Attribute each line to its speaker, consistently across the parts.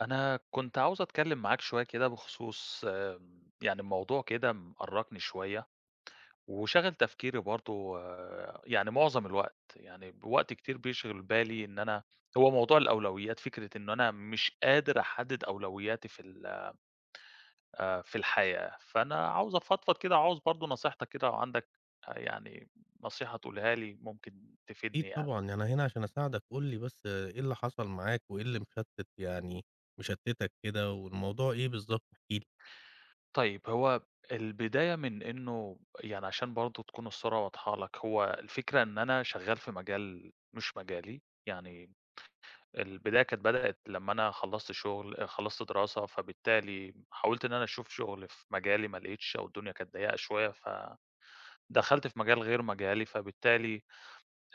Speaker 1: أنا كنت عاوز أتكلم معاك شوية كده بخصوص يعني موضوع كده مأرّقني شوية، وشاغل تفكيري برضه يعني معظم الوقت، يعني وقت كتير بيشغل بالي إن أنا هو موضوع الأولويات، فكرة إن أنا مش قادر أحدد أولوياتي في ال في الحياة. فأنا عاوز أفضفض كده، عاوز برضه نصيحتك كده لو عندك يعني نصيحة تقولها لي ممكن تفيدني
Speaker 2: أكيد
Speaker 1: يعني.
Speaker 2: طبعًا، يعني أنا هنا عشان أساعدك، قُل لي بس إيه اللي حصل معاك وإيه اللي مشتتك كده والموضوع إيه بالضبط؟ احكِ لي.
Speaker 1: طيب هو البداية من إنه، يعني عشان برضه تكون الصورة واضحة لك، هو الفكرة إن أنا شغّال في مجال مش مجالي. يعني البداية كانت، بدأت لمّا أنا خلّصت شغل، خلّصت دراسة، فبالتالي حاولت إن أنا أشوف شغل في مجالي ما لقيتش، أو الدنيا كانت ضيّقة شوية، فدخلت في مجال غير مجالي. فبالتالي،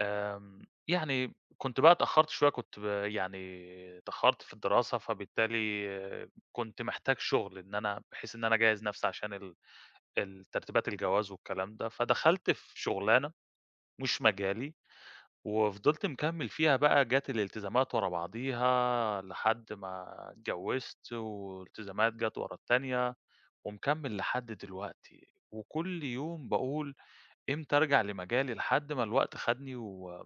Speaker 1: يعني كنت بقى اتأخّرت شوية، كنت يعني اتأخّرت في الدراسة، فبالتالي كنت محتاج شغل، إن أنا بحيث إن أنا أجهّز نَفْسي عشان ال ال ترتيبات الجواز والكلام ده، فدخلت في شغلانة مش مجالي، وفضلت مكمّل فيها. بقى جات الالتزامات ورا بعضيها لحد ما اتجوّزت، والتزامات جات ورا التانية، ومكمّل لحد دلوقتي، وكل يوم باقول إمتى أرجع لمجالي، لحد ما الوقت خدني و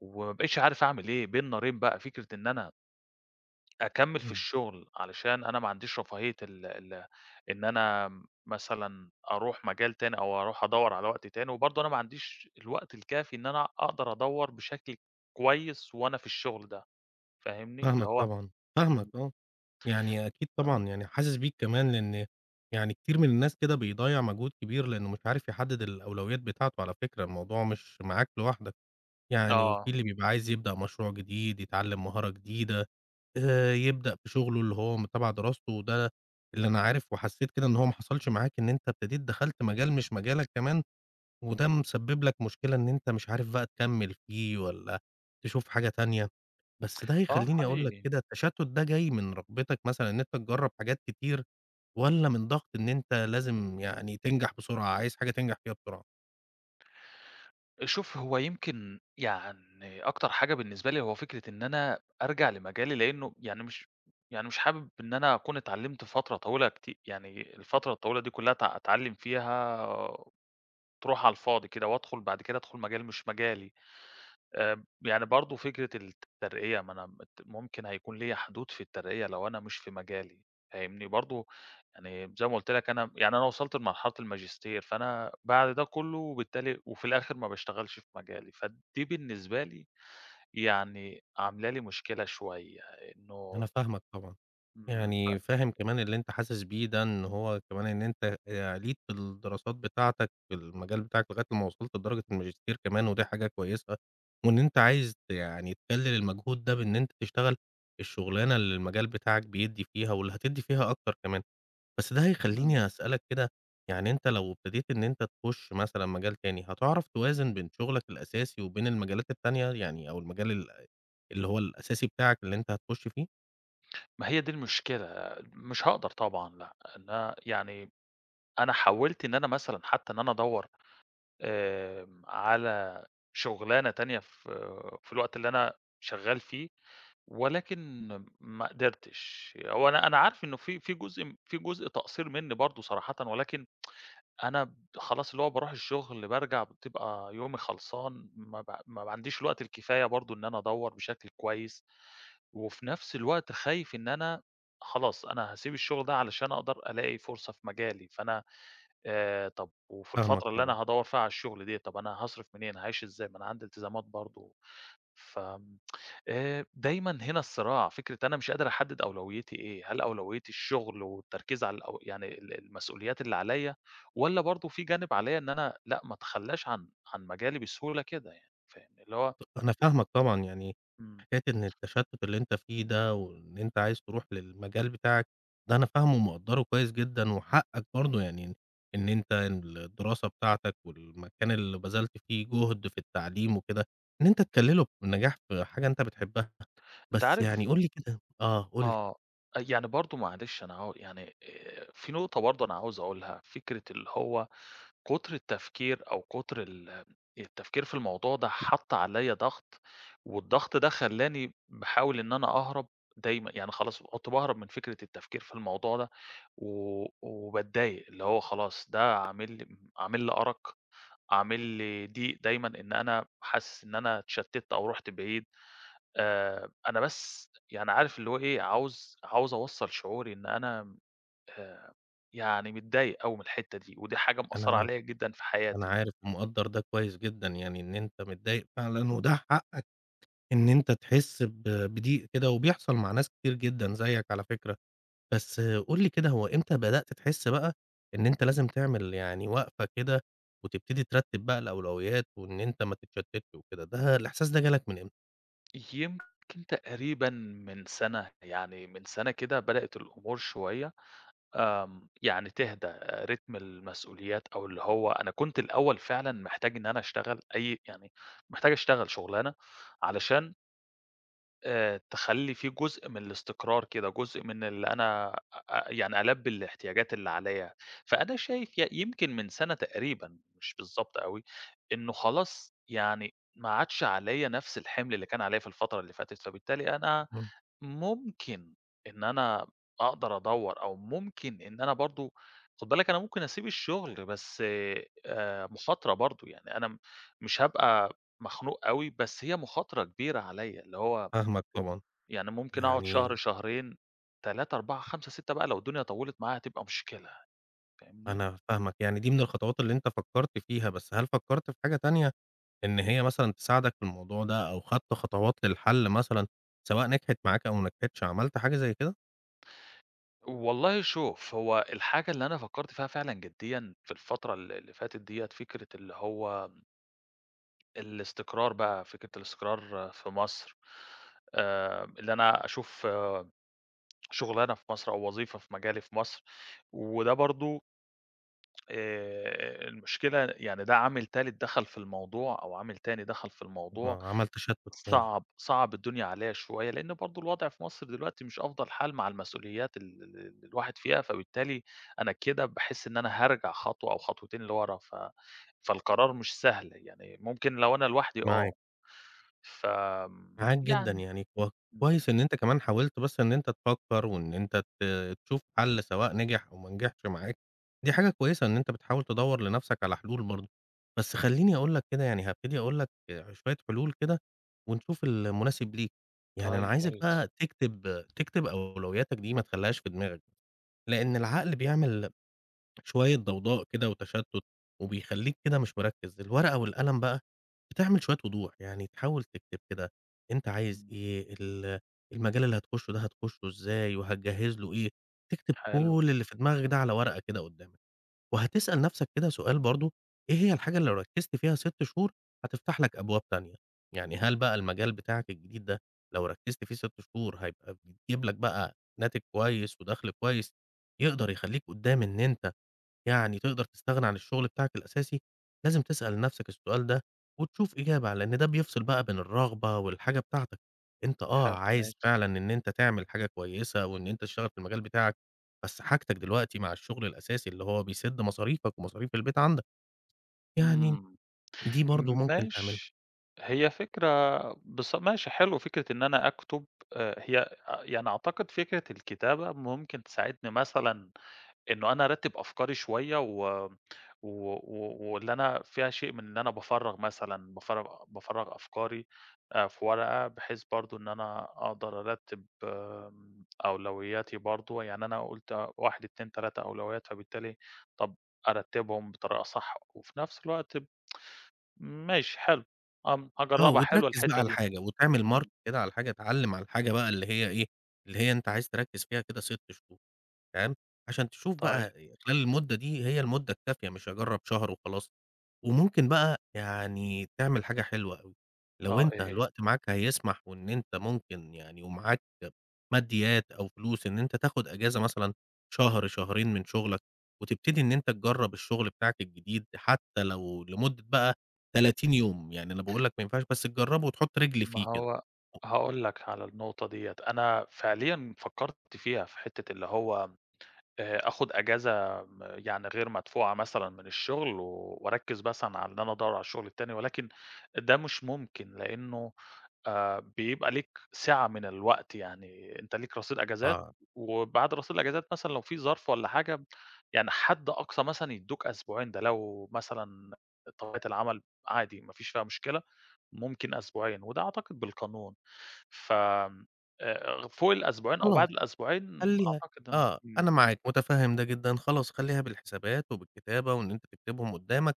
Speaker 1: وما بقيتش عارف أعمل إيه. بين نارين بقى، فكرة إن أنا أكمّل في
Speaker 2: إمم.
Speaker 1: الشغل، علشان أنا ما عنديش رفاهية ال ال إن أنا مثلًا أروح مجال تاني، أو أروح أدوّر على وقت تاني، وبرضه أنا ما عنديش الوقت الكافي إن أنا أقدر أدوّر بشكل كويس وأنا في الشغل ده، فاهمني؟ اللي
Speaker 2: فاهمك
Speaker 1: هو
Speaker 2: طبعًا، فاهمك
Speaker 1: إمم.
Speaker 2: آه، يعني أكيد
Speaker 1: آه.
Speaker 2: طبعًا يعني حاسس بيك كمان لإن يعني كتير من الناس كده بيضيّع مجهود كبير لإنه مش عارف يحدد الأولويات بتاعته على فكرة، الموضوع مش معاك لوحدك، يعني في
Speaker 1: آه.
Speaker 2: اللي بيبقى عايز يبدأ مشروع جديد، يتعلم مهارة جديدة، يبدأ في شغله اللي هو تبع دراسته، وده اللي أنا عارف وحسّيت كده إن هو ما حصلش معاك، إن أنت ابتديت دخلت مجال مش مجالك كمان، وده مسبب لك مشكلة إن أنت مش عارف بقى تكمّل فيه والّا تشوف حاجة تانية. بس ده
Speaker 1: آه
Speaker 2: هيخلّيني أقول لك
Speaker 1: حقيقي.
Speaker 2: كده التشتُّت ده جاي من رغبتك مثلًا إن أنت تجرّب حاجات كتير، والّا من ضغط إن أنت لازم يعني تنجح بسرعة، عايز حاجة تنجح فيها بسرعة؟
Speaker 1: شوف، هو يمكن يعني أكتر حاجة بالنسبة لي هو فكرة إن أنا أرجع لمجالي، لإنه يعني مش يعني مش حابب إن أنا أكون اتعلّمت فترة طويلة يعني الفترة الطويلة دي كلّها أتعلّم فيها، تروح على الفاضي كده، وأدخل بعد كده، أدخل مجال مش مجالي. يعني برضه فكرة الترقية، ما أنا مت ممكن هيكون ليّا حدود في الترقية لو أنا مش في مجالي، فاهمني؟ برضه يعني زي ما قُلت لك، أنا يعني أنا وصلت لمرحلة الماجستير، فأنا بعد ده كله وبالتالي وفي الآخر ما باشتغلش في مجالي، فدي بالنسبة لي يعني عاملة لي مشكلة شوية
Speaker 2: أنا
Speaker 1: إنه.
Speaker 2: فاهمك طبعًا.
Speaker 1: إمم، ف
Speaker 2: يعني فاهم كمان اللي أنت حاسس بيه ده، إن هو كمان إن أنت عِليت في الدراسات بتاعتك في المجال بتاعك لغاية لمّا وصلت لدرجة الماجستير كمان ودي حاجة كويسة، وإن أنت عايز يعني تقلِّل المجهود ده بإن أنت تشتغل الشغلانة اللي المجال بتاعك بيدّي فيها واللي هتدّي فيها أكتر كمان. بس ده
Speaker 1: إمم.
Speaker 2: هيخلّيني أسألك كده، يعني أنت لو ابتديت إن أنت تخُش مثلًا مجال تاني، هتعرف توازن بين شغلك الأساسي وبين المجالات التانية يعني أو المجال اللي هو الأساسي بتاعك اللي أنت هتخُش فيه؟
Speaker 1: ما هي دي المشكلة، مش هاقدر طبعًا، لأ. إن أنا يعني أنا حاولت إن أنا مثلًا، حتى إن أنا أدوّر على شُغلانة تانية في في الوقت اللي أنا شغّال فيه، ولكن ما قدرتش. هو أنا، أنا عارف إنه في جزء في جزء تقصير منّي برضه صراحةً، ولكن أنا خلاص اللي هو باروح الشغل، بارجع بتبقى يومي خلصان، ما عنديش الوقت الكفاية برضه إن أنا أدوّر بشكل كويس. وفي نفس الوقت خايف إن أنا خلاص أنا هاسيب الشغل ده علشان أقدر ألاقي فرصة في مجالي، فأنا طب وفي
Speaker 2: فاهمك
Speaker 1: الفترة اللي أنا
Speaker 2: طبعًا.
Speaker 1: هادوّر فيها على الشغل ديّة، طب أنا هاصرف منين، هاعيش إزاي؟ ما أنا عندي التزامات برضه. فآمم دايمًا هنا الصراع، فكرة أنا مش قادر أحدد أولويتي إيه. هل أولويتي الشغل والتركيز على يعني المسؤوليات اللي عليَّ، والّا برضه في جانب عليَّ إن أنا لأ، ما اتخلاش عن عن مجالي بسهولة كده، يعني فاهمني؟ اللي هو
Speaker 2: أنا فاهمك طبعًا، يعني
Speaker 1: إمم.
Speaker 2: حكاية إن التشتُّت اللي أنت فيه ده وإن أنت عايز تروح للمجال بتاعك، ده أنا فاهمه ومقدّره كويس جدًا وحقّك برضه يعني إن أنت الدراسة بتاعتك والمكان اللي بذلت فيه جهد في التعليم وكده، إن أنت تكلّله بالنجاح في حاجة أنت بتحبّها.
Speaker 1: أنت
Speaker 2: بس
Speaker 1: عارف،
Speaker 2: يعني قُل لي كده آه، قُل لي،
Speaker 1: آه، يعني برضه معلش أنا يعني في نقطة برضه أنا عاوز أقولها، فكرة اللي هو كتر التفكير، أو كتر التفكير في الموضوع ده حَط عليّا ضغط، والضغط ده خلّاني باحاول إن أنا أهرب دايمًا. يعني خلاص كنت باهرب من فكرة التفكير في الموضوع ده، وباتضايق، اللي هو خلاص ده عامل لي أرق، عامل لي ضيق دايمًا، إن أنا حاسس إن أنا اتشتِّت أو رُحت بعيد. أنا بس يعني عارف اللي هو إيه، عاوز أوصّل شعوري إن أنا آآ يعني متضايق أوي من الحتّة دي، ودي حاجة
Speaker 2: أنا
Speaker 1: مأثّرة
Speaker 2: عارف،
Speaker 1: عليّا جدًا في
Speaker 2: أنا
Speaker 1: حياتي يعني.
Speaker 2: عارف ومقدّر ده كويس جدًا يعني إن أنت متضايق فعلًا وده حقّك إن أنت تحِس بضيق كده وبيحصل مع ناس كتير جدًا زيّك على فكرة. بس قُل لي كده، هو إمتى بدأت تحس بقى إن أنت لازم تعمل يعني وقفة كده، وتبتدي ترتّب بقى الأولويات، وإن أنت ما تتشتتش وكده، ده الإحساس ده جالك من إمتى؟
Speaker 1: يمكن تقريبًا من سَنة، يعني من سَنة كده بدأت الأمور شوية، يعني تهدى. آه، رتم المسؤوليات، أو اللي هو أنا كنت الأول فعلًا محتاج إن أنا أشتغل يعني محتاج أشتغل شُغلانة علشان تخلّي في جزء من الاستقرار كده، جزء من اللي أنا يعني ألبّي الاحتياجات اللي عليّا. فأنا شايف يمكن من سَنة تقريبًا، مش بالضبط أوي، إنه خلاص يعني ما عادش عليّا نفس الحِمل اللي كان عليّا في الفترة اللي فاتت، فبالتالي أنا
Speaker 2: إمم.
Speaker 1: ممكن إن أنا أقدر أدوّر، أو ممكن إن أنا برضه، خُد بالك أنا ممكن أسيب الشغل، بس مخاطرة برضه. يعني أنا مش هابقى مخنوق أوي، بس هي مخاطرة كبيرة عليّا، اللي هو
Speaker 2: فاهمك طبعًا،
Speaker 1: يعني ممكن أقعد شهر،
Speaker 2: يعني
Speaker 1: شهرين، 3، 4، 5، 6 بقى، لو الدنيا طوّلت معايا هتبقى مشكلة، فاهمني؟
Speaker 2: أنا فاهمك، يعني دي من الخطوات اللي أنت فكّرت فيها، بس هل فكّرت في حاجة تانية إن هي مثلًا تساعدك في الموضوع ده، أو خدت خطوات للحل مثلًا، سواء نجحت معاك أو ما نجحتش، عملت حاجة زي كده؟
Speaker 1: والله شوف، هو الحاجة اللي أنا فكّرت فيها فعلًا جديًا في الفترة اللي فاتت ديّة، فكرة اللي هو الاستقرار بقى، فكرة الاستقرار في مصر. اللي أنا أشوف، آه، شُغلانة في مصر أو وظيفة في مجالي في مصر، وده برضه المشكلة. يعني ده عامل تالت دخل في الموضوع، أو عامل تاني دخل في الموضوع.
Speaker 2: آه، عمل تشتت تاني،
Speaker 1: صعب، صعب الدنيا عليّا شوية، لإن برضه الوضع في مصر دلوقتي مش أفضل حال مع المسؤوليات ال ال اللي الواحد فيها، فبالتالي أنا كده باحس إن أنا هارجع خطوة أو خطوتين لورا. فالقرار مش سهل، يعني ممكن لو أنا لوحدي آه.
Speaker 2: معاك.
Speaker 1: ف
Speaker 2: معاك جدًا،
Speaker 1: يعني
Speaker 2: يعني
Speaker 1: إمم.
Speaker 2: كويس إن أنت كمان حاولت بس إن أنت تفكّر وإن أنت تشوف حَل سواء نجح أو ما نجحش معاك، دي حاجة كويسة إن أنت بتحاول تدوّر لنَفْسك على حلول برضه، بس خلّيني أقول لك كده يعني هابتدي أقول لك شوية حلول كده ونشوف المناسب ليك، يعني أنا
Speaker 1: طيب يا
Speaker 2: عايزك
Speaker 1: ريت.
Speaker 2: بقى تكتب أولوياتك دي ما تخلّيهاش في دماغك، لإن العقل بيعمل شوية ضوضاء كده وتشتت، وبيخلّيك كده مش مركّز. الورقة والقلم بقى بتعمل شوية وضوح، يعني تحاول تكتب كده أنت عايز
Speaker 1: إمم.
Speaker 2: إيه، المجال اللي هتخشّه ده هتخشّه إزاي، وهتجهّز له إيه، تكتب
Speaker 1: حلو.
Speaker 2: كل اللي في دماغك ده على ورقة كده قدّامك، وهتسأل نَفْسك كده سؤال برضه، إيه هي الحاجة اللي لو ركّزت فيها 6 شهور هتفتح لك أبواب تانية؟ يعني هل بقى المجال بتاعك الجديد ده لو ركّزت فيه 6 شهور هيبقى بيجيب لك بقى ناتج كويس ودَخْل كويس يقدر يخلّيك قدّام إن أنت يعني تقدر تستغنى عن الشغل بتاعك الأساسي، لازم تسأل نَفْسك السؤال ده وتشوف إجابة على لإن ده بيفصل بقى بين الرغبة والحاجة بتاعتك. أنت
Speaker 1: حلو
Speaker 2: عايز
Speaker 1: ماشي.
Speaker 2: فعلًا إن أنت تعمل حاجة كويسة وإن أنت تشتغل في المجال بتاعك، بس حاجتك دلوقتي مع الشغل الأساسي اللي هو بيسِد مصاريفك ومصاريف البيت عندك، يعني
Speaker 1: إمم.
Speaker 2: دي برضه ممكن تعملها.
Speaker 1: ماشي. هي فكرة. بص ماشي، حلو فكرة إن أنا أكتب. هي آه، يعني أعتقد فكرة الكتابة ممكن تساعدني، مثلًا إنه أنا أرتّب أفكاري شوية و و و واللي أنا فيها شيء من إن أنا بافرّغ، مثلًا بافرّغ أفكاري في ورقة، بحيث برضه إن أنا أقدر أرتّب أولوياتي برضه. يعني أنا قُلت 1، 2، 3 أولويات، فبالتالي طَب أرتّبهم بطريقة صح، وفي نفس الوقت ماشي حلو.
Speaker 2: آه،
Speaker 1: هاجرّبها، حلوة
Speaker 2: وتركّز بقى
Speaker 1: الحتّة
Speaker 2: على
Speaker 1: دي.
Speaker 2: حاجة وتعمل mark
Speaker 1: إمم.
Speaker 2: كده على الحاجة، اتعلِّم على الحاجة بقى اللي هي إيه، اللي هي أنت عايز تركّز فيها كده 6 شهور. تمام، عشان تشوف
Speaker 1: طيب
Speaker 2: بقى خلال المدة دي هي المدة الكافية، مش هاجرّب شهر وخلاص، وممكن بقى يعني تعمل حاجة حلوة أوي، لو
Speaker 1: آه،
Speaker 2: أنت
Speaker 1: إيه هي؟
Speaker 2: الوقت معاك هيسمح وإن أنت ممكن يعني ومعاك ماديات أو فلوس إن أنت تاخد أجازة مثلًا شهر، شهرين من شغلك، وتبتدي إن أنت تجرّب الشغل بتاعك الجديد حتى لو لمدة بقى 30 يوم، يعني أنا باقول لك ما ينفعش بس تجرّبه وتحط رجل
Speaker 1: ما
Speaker 2: فيه كده،
Speaker 1: هو هاقول لك على النقطة ديّة، أنا فعليًا فكّرت فيها، في حتّة اللي هو آخُد أجازة يعني غير مدفوعة مثلًا من الشغل، وأركّز مثلًا على إن أنا أدوّر على الشغل التاني، ولكن ده مش ممكن، لإنه بيبقى ليك سعة من الوقت، يعني أنت ليك رصيد أجازات،
Speaker 2: آه،
Speaker 1: وبعد رصيد الأجازات مثلًا لو في ظرف والّا حاجة، يعني حد أقصى مثلًا يدّوك أسبوعين. ده لو مثلًا طبيعة العمل عادي ما فيش فيها مشكلة، ممكن أسبوعين، وده أعتقد بالقانون. ف فوق الأسبوعين أو
Speaker 2: خلاص.
Speaker 1: بعد الأسبوعين
Speaker 2: خلّيها
Speaker 1: أعتقد إن
Speaker 2: آه،
Speaker 1: إمم.
Speaker 2: أنا معاك مُتفهِّم ده جدًا، خلاص خلّيها بالحسابات وبالكتابة وإن أنت تكتبهم قُدّامك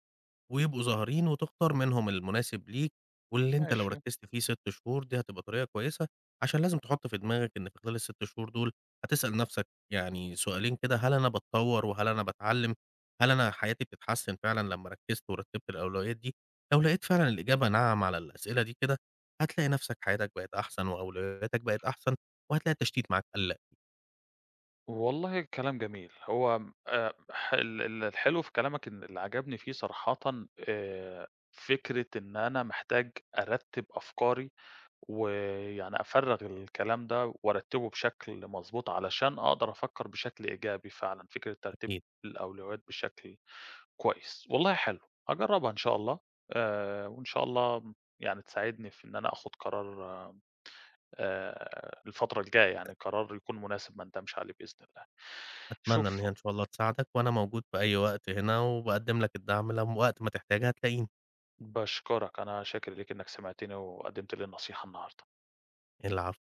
Speaker 2: ويبقوا ظاهرين وتختار منهم المناسب ليك، واللي أنت لو
Speaker 1: ماشي.
Speaker 2: ركّزت فيه 6 شهور دي هتبقى طريقة كويسة، عشان لازم تحُط في دماغك إن في خلال ال6 شهور دول هتسأل نَفْسك يعني سؤالين كده، هل أنا باتطوّر وهل أنا باتعلّم، هل أنا حياتي بتتحسّن فعلًا لمّا ركّزت ورتّبت الأولويات دي؟ لو لقيت فعلًا الإجابة نعم على الأسئلة دي كده، هتلاقي نَفْسك حياتك بقت أحسن وأولوياتك بقت أحسن، وهتلاقي التشتيت معاك قَل
Speaker 1: والله كلام جميل. هو م ح ال ال الحلو في كلامك، إن اللي عجبني فيه صراحةً، آآ فكرة إن أنا محتاج أرتّب أفكاري، ويعني أفرّغ الكلام ده وأرتّبه بشكل مضبوط علشان أقدر أفكّر بشكل إيجابي فعلًا، فكرة ترتيب
Speaker 2: أكيد.
Speaker 1: الأولويات بشكل كويس. والله حلو، هاجرّبها إن شاء الله. وإن شاء الله يعني تساعدني في إن أنا آخُد قرار الفترة الجاية، يعني قرار يكون مناسب ما نندمش عليه بإذن الله. شوف،
Speaker 2: أتمنى إن هي إن شاء الله تساعدك، وأنا موجود في أي وقت هنا، وباقدّم لك الدعم لم وقت ما تحتاج هتلاقيني،
Speaker 1: باشكرك، أنا شاكر ليك إنك سمعتني وقدّمت لي النصيحة النهارده.
Speaker 2: العفو.